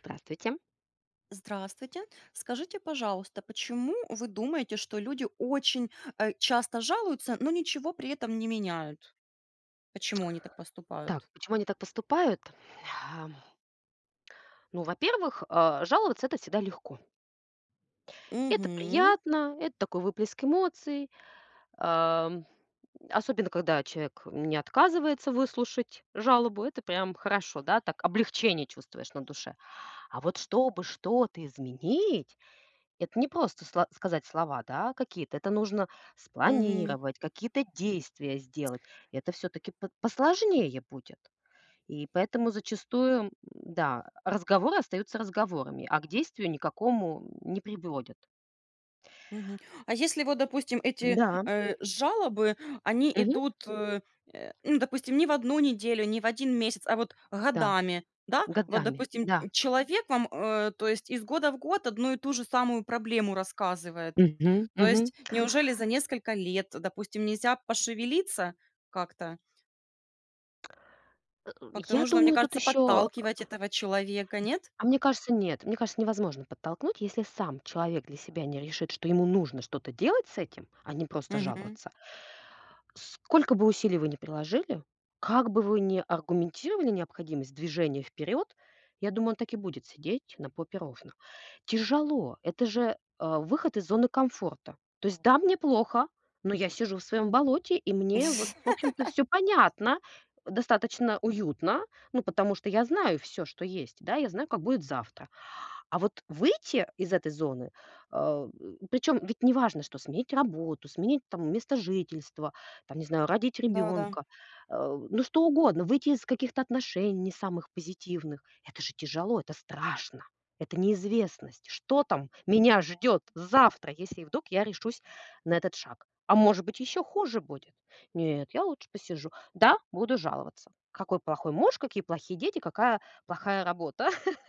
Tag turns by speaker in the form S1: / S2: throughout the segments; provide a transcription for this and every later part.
S1: Здравствуйте.
S2: Здравствуйте. Скажите, пожалуйста, почему вы думаете, что люди очень, часто жалуются, но ничего при этом не меняют? Почему они так
S1: Так,
S2: поступают?
S1: почему они так поступают? Ам, ну, во-первых, жаловаться- это всегда легко. Это
S2: Мгм.
S1: приятно, это такой выплеск эмоций, ам, особенно когда человек не отказывается выслушать жалобу, это прям хорошо, да, так облегчение чувствуешь на душе. А вот чтобы что-то изменить, это не просто сказать слова, да, какие-то, это нужно спланировать, какие-то действия сделать. Это все-таки посложнее будет. И поэтому зачастую, да, разговоры остаются разговорами, а к действию никакому не приводят.
S2: Мгм. А если вот, допустим, эти,
S1: Да,
S2: жалобы, они
S1: мгм,
S2: идут, ну, допустим, не в одну неделю, не в один месяц, а вот
S1: да,
S2: годами, да? Вот,
S1: годами,
S2: допустим,
S1: да.
S2: человек вам, то есть из года в год одну и ту же самую проблему рассказывает.
S1: Мгм,
S2: То
S1: мгм.
S2: есть неужели за несколько лет, допустим, нельзя пошевелиться как-то?
S1: Э,
S2: Как-то
S1: я
S2: нужно, мне
S1: думаю, тут
S2: кажется,
S1: еще
S2: подталкивать этого человека, нет?
S1: мне кажется, нет. Мне кажется, невозможно подтолкнуть, если сам человек для себя не решит, что ему нужно что-то делать с этим, а не просто
S2: Мгм.
S1: жаловаться. Сколько бы усилий вы ни приложили, как бы вы ни аргументировали необходимость движения вперед, я думаю, он так и будет сидеть на попе ровно. Тяжело. Это же, выход из зоны комфорта. То есть, да, мне плохо, но я сижу в своем болоте, и мне вот, в общем-то, все понятно, достаточно уютно, ну, потому что я знаю все, что есть, да, я знаю, как будет завтра. А вот выйти из этой зоны, а, причем ведь неважно, что сменить работу, сменить там место жительства, там, не знаю, родить
S2: Да-да.
S1: ребенка, ну что угодно, выйти из каких-то отношений не самых позитивных. Это же тяжело, это страшно, это неизвестность. Что там меня ждет завтра, если вдруг я решусь на этот шаг? А может быть, еще хуже будет? Нет, я лучше посижу. Да, буду жаловаться. Какой плохой муж, какие плохие дети, какая плохая работа.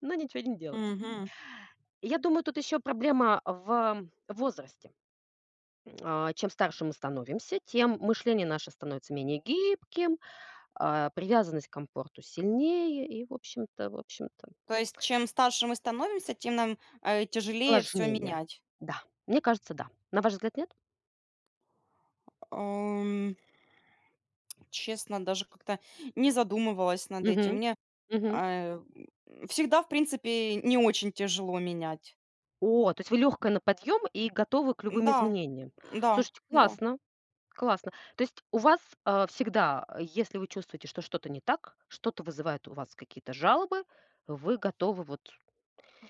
S1: Но ничего не делать.
S2: Мгм.
S1: Я думаю, тут еще проблема в возрасте. Чем старше мы становимся, тем мышление наше становится менее гибким, привязанность к комфорту сильнее и, в общем-то,
S2: То есть чем старше мы становимся, тем нам, тяжелее все
S1: сложнее.
S2: менять.
S1: Да, мне кажется, да. На ваш взгляд, нет?
S2: Ам, Честно, даже как-то не задумывалась над этим.
S1: Мгм,
S2: Мне,
S1: мгм.
S2: э, всегда, в принципе, не очень тяжело менять.
S1: О, то есть вы легкая на подъем и готовы к любым
S2: Да,
S1: изменениям.
S2: да,
S1: Слушайте,
S2: да.
S1: классно, классно. То есть у вас всегда, если вы чувствуете, что что-то не так, что-то вызывает у вас какие-то жалобы, вы готовы вот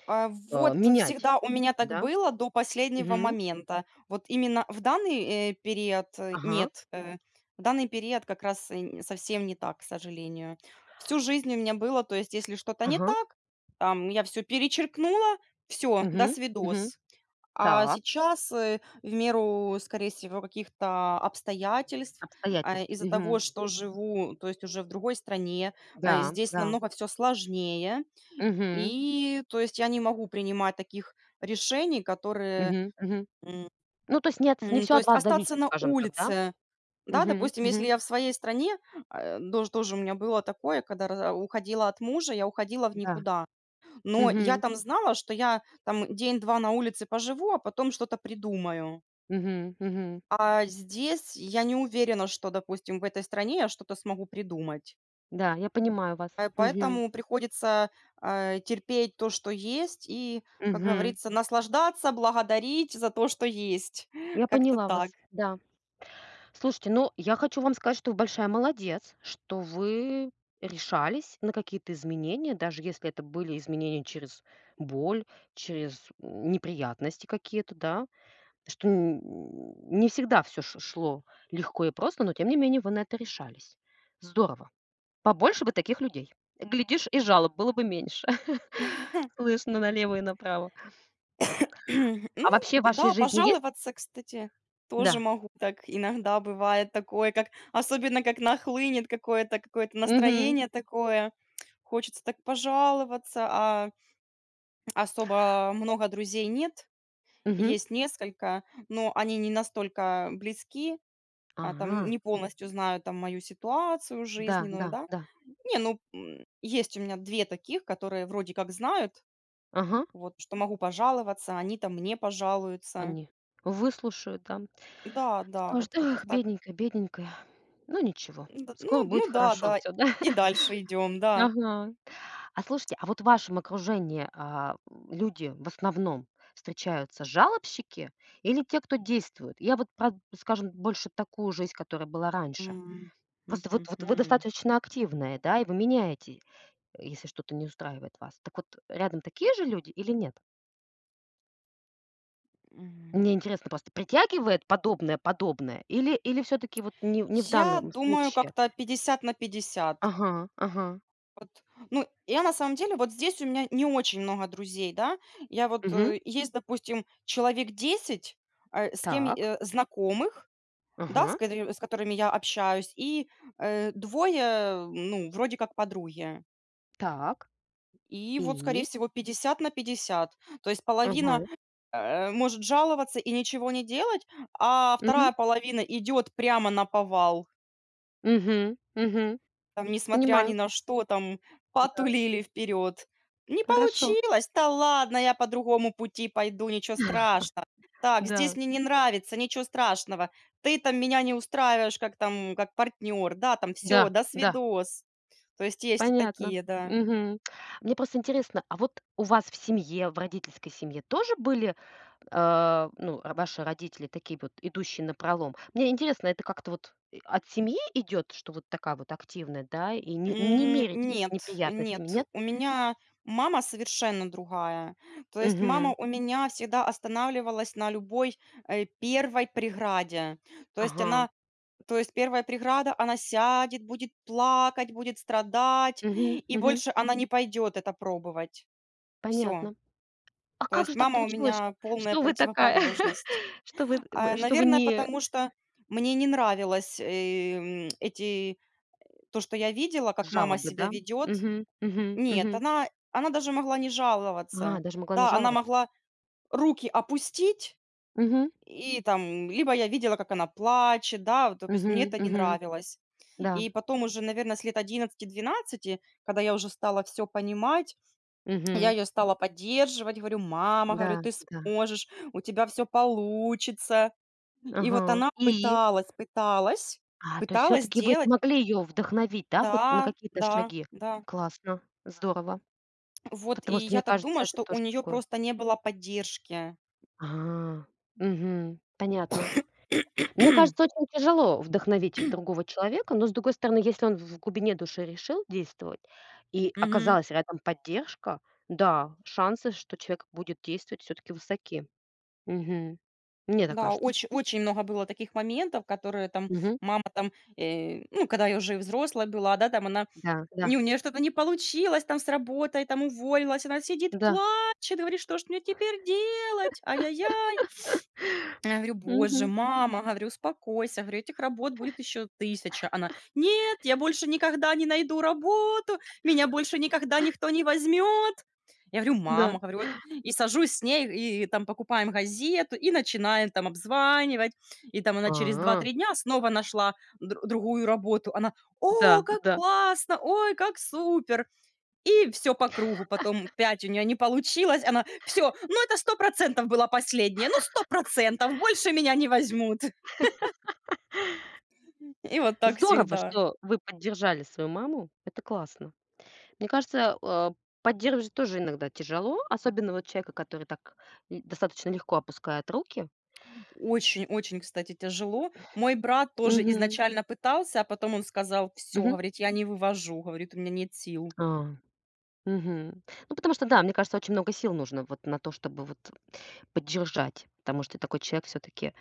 S2: Вот
S1: Менять,
S2: всегда у меня так
S1: да?
S2: было до последнего
S1: Мгм.
S2: момента. Вот именно в данный, период,
S1: Ага,
S2: нет, в данный период как раз и н совсем не так, к сожалению. Всю жизнь у меня было, то есть если что-то не
S1: ага.
S2: так, там я все перечеркнула, все. До
S1: Мгм, мгм.
S2: свидос. А
S1: Так.
S2: сейчас, в меру, скорее всего, каких-то обстоятельств,
S1: Обстоятельств.
S2: из-за того,
S1: Мгм.
S2: что живу, то есть уже в другой стране,
S1: Да,
S2: здесь
S1: да.
S2: намного все сложнее.
S1: Мгм,
S2: И, то есть, я не могу принимать таких решений, которые,
S1: мгм, мгм.
S2: м,
S1: Ну, то есть нет, не все
S2: то
S1: от
S2: есть
S1: вас
S2: остаться
S1: зависит,
S2: на
S1: скажем так, да?
S2: улице. Да,
S1: Мгм,
S2: допустим,
S1: мгм.
S2: если я в своей стране, э, дож тоже у меня было такое, когда раз уходила от мужа, я уходила в
S1: Да.
S2: никуда. Но я
S1: Мгм,
S2: там знала, что я там день-два на улице поживу, а потом что-то придумаю.
S1: мгм, мгм.
S2: А здесь я не уверена, что, допустим, в этой стране я что-то смогу придумать.
S1: Да, я понимаю вас. Мгм,
S2: Поэтому приходится, терпеть то, что есть, и, как
S1: мгм.
S2: говорится, наслаждаться, благодарить за то, что есть.
S1: Я
S2: Как-то
S1: поняла
S2: так.
S1: вас. Да. Слушайте, ну, я хочу вам сказать, что вы большая молодец, что вы решались на какие-то изменения, даже если это были изменения через боль, через неприятности какие-то, да, что не всегда все шло легко и просто, но тем не менее вы на это решались. Здорово. Побольше бы таких людей. Глядишь, и жалоб было бы меньше. Слышно налево и направо. А
S2: Ну
S1: вообще в вашей
S2: да,
S1: жизни есть?
S2: пожаловаться, кстати, тоже
S1: Да.
S2: могу так. Иногда бывает такое, как особенно как нахлынет какое-то какое-то
S1: Угу.
S2: настроение такое. Хочется так пожаловаться, а особо много друзей нет.
S1: Угу.
S2: Есть несколько, но они не настолько близки. Там
S1: Ага.
S2: не полностью знаю там мою ситуацию
S1: Да, да,
S2: жизненную, да.
S1: да.
S2: Не, ну, есть у меня 2 таких, которые вроде как знают,
S1: Ага.
S2: вот, что могу пожаловаться, они там мне пожалуются.
S1: Они выслушают, да,
S2: Да, да,
S1: скажут:
S2: вот как-то
S1: "Эх,
S2: так.
S1: бедненькая, бедненькая". Ну ничего,
S2: н Да, ну
S1: скоро будет
S2: ну да,
S1: хорошо
S2: да,
S1: все, да?
S2: и дальше идем, да.
S1: Ага. А слушайте, а вот в вашем окружении, люди в основном встречаются жалобщики или те, кто действует? Я вот про, скажем, больше такую жизнь, которая была раньше.
S2: М. Хм,
S1: Просто
S2: хм,
S1: вот вы
S2: хм.
S1: достаточно активная, да, и вы меняете, если что-то не устраивает вас. Так вот, рядом такие же люди или нет?
S2: М.
S1: Мне интересно просто, притягивает подобное или все таки вот не в
S2: Я
S1: данном
S2: думаю,
S1: случае?
S2: как-то 50 на 50.
S1: Ага, ага.
S2: Вот. Ну, я на самом деле вот здесь у меня не очень много друзей, да.
S1: Мгм.
S2: Есть, допустим, человек 10, с кем,
S1: Так.
S2: знакомых, да,
S1: Ага.
S2: с которыми я общаюсь, и, 2, ну, вроде как подруги.
S1: Так.
S2: И вот,
S1: И?
S2: скорее всего, 50 на 50. То есть
S1: Ага.
S2: половина, может жаловаться и ничего не делать, а
S1: Мгм.
S2: вторая половина идет прямо на повал.
S1: Мгм. Мгм.
S2: Там, несмотря ни
S1: Понимаю.
S2: на что, там
S1: Да.
S2: потулили вперед. Не
S1: Хорошо.
S2: получилось, да ладно, я по другому пути пойду, ничего страшного. Так,
S1: Да.
S2: здесь мне не нравится, ничего страшного. Ты там меня не устраиваешь как там, как партнер, да, там
S1: Да.
S2: все, до
S1: Да.
S2: свидос. То есть есть и
S1: Понятно.
S2: такие, да.
S1: Мгм. Мне просто интересно, а вот у вас в семье, в родительской семье тоже были ну, р ваши родители такие вот, идущие на пролом. Мне интересно, это как-то вот, от семьи идет, что вот такая вот активная, да, и не меритесь
S2: Нет,
S1: неприятностями,
S2: нет,
S1: нет?
S2: у меня мама совершенно другая. То есть
S1: Мгм.
S2: мама у меня всегда останавливалась на любой первой преграде. То есть
S1: Ага.
S2: она То есть первая преграда, она сядет, будет плакать, будет страдать,
S1: Мгм,
S2: и
S1: мгм.
S2: больше она не пойдет это пробовать. Все.
S1: Понятно. А
S2: То
S1: как
S2: есть
S1: же так
S2: мама у
S1: получилось,
S2: меня полная
S1: что вы такая,
S2: противоположность.
S1: что вы
S2: Наверное,
S1: не
S2: потому что мне не нравилось, эти то, что я видела, как мама
S1: жалобы,
S2: себя
S1: да?
S2: ведет.
S1: Мгм, мгм,
S2: Нет,
S1: мгм.
S2: она даже могла не
S1: А,
S2: жаловаться.
S1: даже могла не
S2: Да, она
S1: жаловаться.
S2: могла руки опустить,
S1: Мгм,
S2: и там либо я видела, как она плачет, да, вот, то есть мне
S1: мгм,
S2: это не
S1: мгм.
S2: нравилось.
S1: Да.
S2: И потом уже, наверное, с лет 11-12, когда я уже стала все понимать, я
S1: Мгм.
S2: ее стала поддерживать. Говорю: "Мама, —
S1: Да,
S2: говорю, — ты
S1: да.
S2: сможешь, у тебя все получится". И вот
S1: Ага.
S2: она
S1: И?
S2: пыталась, пыталась,
S1: А, то есть все
S2: пыталась
S1: таки вы
S2: делать.
S1: смогли ее вдохновить, да, хоть на
S2: Да,
S1: какие-то
S2: да,
S1: шаги?
S2: да.
S1: Классно, здорово.
S2: Вот, и
S1: Потому что,
S2: я
S1: мне
S2: так
S1: кажется,
S2: думаю,
S1: это
S2: что у
S1: тоже
S2: нее
S1: такое.
S2: просто не было поддержки.
S1: А, мгм, понятно. Мне кажется, очень тяжело вдохновить другого человека, но, с другой стороны, если он в глубине души решил действовать и
S2: Мгм.
S1: оказалась рядом поддержка, да, шансы, что человек будет действовать, все таки высоки. Мгм. Мне так
S2: Да,
S1: кажется.
S2: очень очень много было таких моментов, которые там
S1: Мгм.
S2: мама там, ну, когда я уже и взрослая была, да, там она
S1: Да, да,
S2: Не, у нее что-то не получилось там с работой, там уволилась. Она сидит,
S1: да.
S2: плачет, говорит: "Что ж мне теперь делать? Ай-яй-яй". Я говорю: "Боже,
S1: Мгм.
S2: мама, говорю, успокойся, говорю, этих работ будет еще тысяча". Она: "Нет, я больше никогда не найду работу, меня больше никогда никто не возьмет". Я говорю:
S1: Да.
S2: "Мама", говорю, вот и сажусь с ней, и там покупаем газету, и начинаем там обзванивать. И там она через
S1: А,
S2: 2-3 дня снова нашла другую работу. Она:
S1: да,
S2: "О, как
S1: да.
S2: классно! Ой, как супер!" И все по кругу. Потом 5 у нее не получилось. Она: все, ну это сто процентов была последняя, ну сто процентов больше меня не возьмут". И вот так
S1: Здорово,
S2: всегда.
S1: что вы поддержали свою маму. Это классно. Мне кажется, поддерживать тоже иногда тяжело, особенно вот человека, который так достаточно легко опускает руки.
S2: Очень-очень, кстати, тяжело. Мой брат тоже
S1: Мгм.
S2: изначально пытался, а потом он сказал: все,
S1: Мгм.
S2: говорит, — я не вывожу, — говорит, — у меня нет сил".
S1: А, мгм. Ну, потому что, да, мне кажется, очень много сил нужно вот на то, чтобы вот поддержать, потому что такой человек все-таки,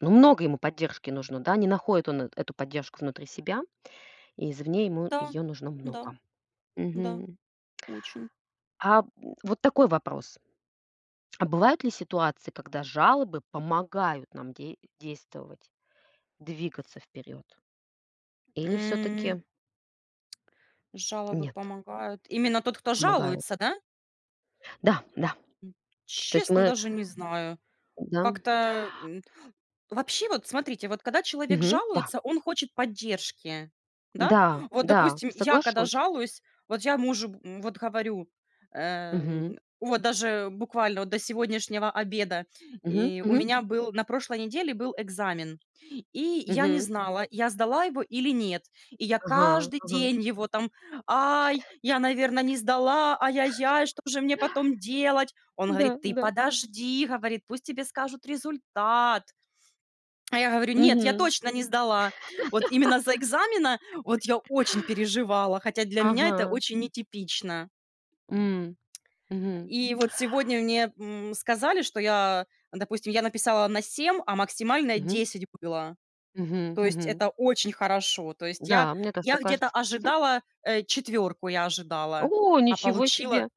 S1: ну, много ему поддержки нужно, да, не находит он эту поддержку внутри себя, и извне ему
S2: Да,
S1: ее нужно
S2: да,
S1: много.
S2: да,
S1: Мгм.
S2: очень.
S1: А м, вот такой вопрос. А бывают ли ситуации, когда жалобы помогают нам действовать, двигаться вперед? Или
S2: М,
S1: все-таки
S2: Жалобы
S1: нет,
S2: помогают. Именно тот, кто
S1: помогают?
S2: жалуется, да?
S1: Да, да.
S2: М,
S1: То есть
S2: Честно,
S1: мы,
S2: даже не знаю.
S1: да,
S2: Как-то, вообще, вот смотрите, вот когда человек
S1: мгм, да,
S2: жалуется, он хочет поддержки, да.
S1: да,
S2: Вот,
S1: да,
S2: допустим, я когда
S1: соглашусь.
S2: жалуюсь, вот я мужу, вот говорю,
S1: Мгм,
S2: вот даже буквально вот до сегодняшнего обеда,
S1: мгм,
S2: и у
S1: мгм,
S2: меня был на прошлой неделе был экзамен, и я не
S1: мгм,
S2: знала, я сдала его или нет. И я
S1: ага,
S2: каждый
S1: ага,
S2: день его там: "Ай, я, наверное, не сдала, ай-яй-яй, что же мне потом делать?" Он говорит:
S1: да,
S2: "Ты
S1: да,
S2: подожди, — говорит, — пусть тебе скажут результат". А я говорю: "Нет, я
S1: мгм,
S2: точно не сдала". Вот именно за экзамена вот я очень переживала, хотя для меня
S1: ага,
S2: это очень нетипично.
S1: м, мгм,
S2: И вот сегодня мне, сказали, что я, допустим, я написала на 7, а максимальная
S1: мгм,
S2: 10 было.
S1: мгм,
S2: То есть
S1: мгм.
S2: это очень хорошо. То есть я
S1: Да, мне тоже
S2: я
S1: так
S2: где-то
S1: кажется.
S2: ожидала, четверку я ожидала,
S1: О,
S2: а
S1: ничего
S2: получила
S1: себе!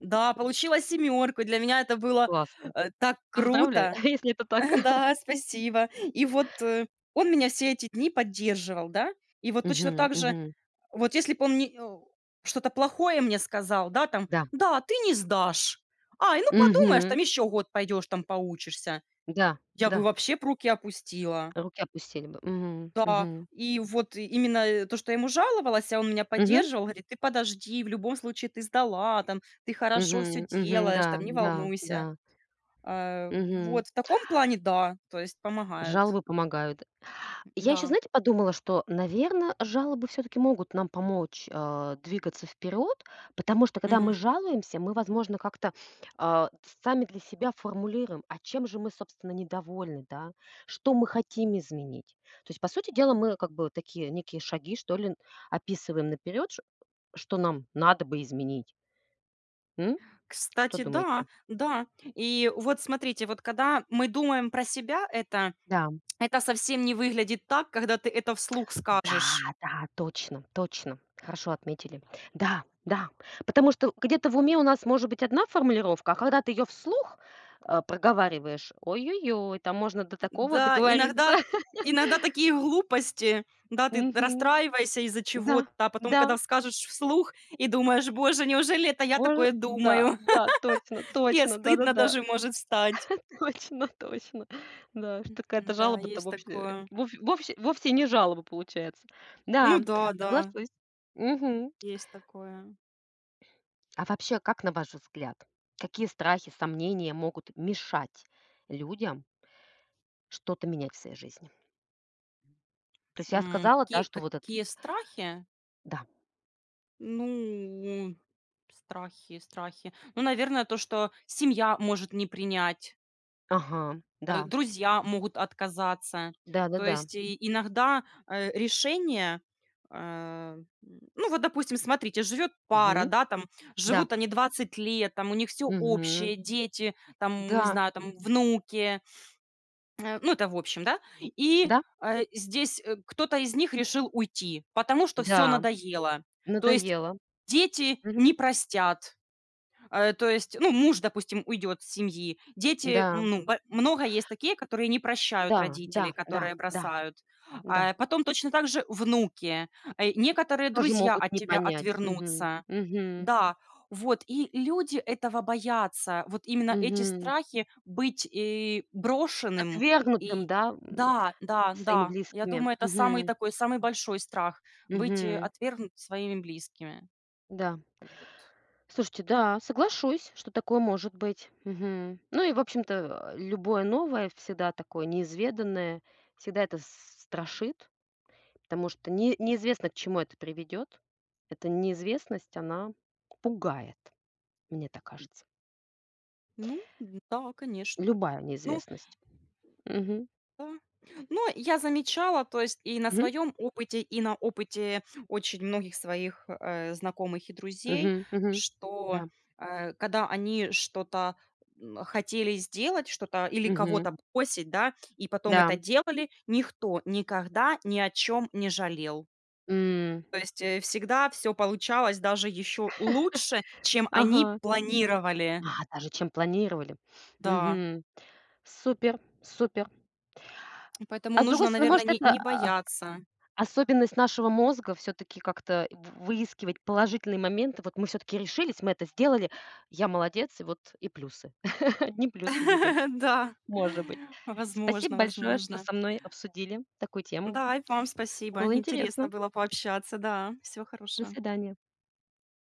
S2: да, получила семерку. Для меня это было,
S1: Классно.
S2: так
S1: Поздравляю,
S2: круто.
S1: если это так.
S2: Да, спасибо. И вот, он меня все эти дни поддерживал, да. И вот точно
S1: Мгм,
S2: так же,
S1: мгм.
S2: вот если бы он не о что-то плохое мне сказал, да, там:
S1: Да.
S2: "Да, ты не сдашь. Ай, ну подумаешь, там
S1: Мгм.
S2: еще год пойдешь, там поучишься".
S1: Да,
S2: Я бы
S1: да,
S2: вообще б руки опустила.
S1: руки опустили бы. Мгм,
S2: Да,
S1: мгм.
S2: и вот именно, то, что я ему жаловалась, а он меня
S1: Мгм,
S2: поддерживал, говорит: "Ты подожди, в любом случае ты сдала, там, ты хорошо все
S1: мгм, мгм.
S2: делаешь,
S1: Да,
S2: там, не
S1: да,
S2: волнуйся".
S1: да. Мгм.
S2: Вот в таком плане, да, то есть помогают,
S1: Жалобы помогают. Я еще,
S2: да.
S1: знаете, подумала, что, наверное, жалобы все-таки могут нам помочь, двигаться вперед, потому что, когда мы
S2: Мгм.
S1: жалуемся, мы, возможно, как-то, а, сами для себя формулируем, а чем же мы, собственно, недовольны, да, что мы хотим изменить. То есть, по сути дела, мы как бы такие некие шаги, что ли, описываем наперед. Что нам надо бы изменить. М? Что
S2: Кстати, да,
S1: думаете?
S2: да. И вот смотрите, вот когда мы думаем про себя, это
S1: Да.
S2: это совсем не выглядит так, когда ты это вслух скажешь.
S1: Да, да, точно, точно. Хорошо отметили. Да, да. Потому что где-то в уме у нас может быть одна формулировка, а когда ты ее вслух, проговариваешь, ой-ой-ой, там можно до такого
S2: Да,
S1: договориться.
S2: иногда иногда такие глупости. Да, ты
S1: Мгм.
S2: расстраиваешься из-за
S1: Да,
S2: чего-то, а потом,
S1: да,
S2: когда скажешь вслух и думаешь: "Боже, неужели это я
S1: боже,
S2: такое
S1: да,
S2: думаю?"
S1: да, точно,
S2: И
S1: точно,
S2: стыдно
S1: да-да-да.
S2: даже может стать.
S1: Точно, точно. Да, что какая-то
S2: Да,
S1: жалоба-то
S2: есть
S1: вовсе
S2: такое.
S1: вов вовсе вовсе не жалоба получается.
S2: Ну
S1: Да,
S2: да, да,
S1: соглашусь. Мгм.
S2: есть такое.
S1: А вообще, как на ваш взгляд, какие страхи, сомнения могут мешать людям что-то менять в своей жизни? То есть я сказала, да,
S2: Какие
S1: что вот этот
S2: какие страхи?
S1: да.
S2: Ну, страхи, страхи. Ну, наверное, то, что семья может не принять,
S1: Ага, да.
S2: друзья могут отказаться. То
S1: Да-да-да.
S2: есть и иногда решение, э, м, ну вот, допустим, смотрите, живет пара,
S1: Мгм.
S2: да, там
S1: Да.
S2: живут они 20 лет, там у них все
S1: Мгм.
S2: общее, дети, там, не
S1: Да.
S2: знаю, там внуки, ну это в общем, да, и
S1: Да.
S2: здесь кто-то из них решил уйти, потому что все
S1: Да.
S2: надоело. То есть
S1: Надоело.
S2: дети не
S1: Мгм.
S2: простят. То есть, ну, муж, допустим, уйдет с семьи. Дети,
S1: Да.
S2: ну, б много есть такие, которые не прощают
S1: Да. Да.
S2: родителей,
S1: Да.
S2: которые
S1: Да.
S2: бросают.
S1: Да.
S2: Потом точно так же внуки. Некоторые
S1: Тоже
S2: друзья
S1: могут
S2: от
S1: не
S2: тебя
S1: понять. Мгм.
S2: отвернутся.
S1: Мгм.
S2: Да, вот. И люди этого боятся. Вот именно эти
S1: Мгм.
S2: страхи быть, брошенным.
S1: Отвергнутым,
S2: И
S1: да,
S2: да, да,
S1: своими
S2: да. Я
S1: близкими.
S2: думаю, это самый
S1: Мгм.
S2: такой, самый большой страх — быть,
S1: Мгм.
S2: отвергнут своими близкими.
S1: Да.
S2: Вот.
S1: Слушайте, да, соглашусь, что такое может быть. Мгм. Ну и, в общем-то, любое новое всегда такое неизведанное, всегда это с страшит, потому что не неизвестно, к чему это приведет. Эта неизвестность, она пугает, мне так кажется.
S2: Ну да, конечно.
S1: Любая
S2: Ну
S1: неизвестность. Мгм.
S2: да. Но я замечала, то есть и на
S1: Мгм.
S2: своем опыте, и на опыте очень многих своих, знакомых и друзей,
S1: Мгм. Мгм.
S2: что,
S1: Да.
S2: когда они что-то, хотели сделать, что-то или
S1: Мгм.
S2: кого-то бросить, да, и потом
S1: Да,
S2: это делали, никто никогда ни о чем не жалел.
S1: м.
S2: То есть, всегда все получалось даже еще лучше, чем они
S1: Ага.
S2: планировали.
S1: А, даже чем планировали.
S2: Да,
S1: Мгм. Супер, супер.
S2: поэтому
S1: А с другой
S2: нужно,
S1: стороны,
S2: наверное,
S1: может,
S2: не
S1: это,
S2: не бояться.
S1: особенность нашего мозга все таки как-то в выискивать положительные моменты. Вот мы все таки решились, мы это сделали, я молодец, и вот и плюсы. Одни плюсы видим,
S2: Да,
S1: может быть. Спасибо
S2: возможно,
S1: большое, что
S2: возможно.
S1: со мной обсудили такую тему.
S2: Да, и вам спасибо.
S1: Было интересно.
S2: Интересно было пообщаться. Да, всего
S1: До
S2: хорошего.
S1: свидания.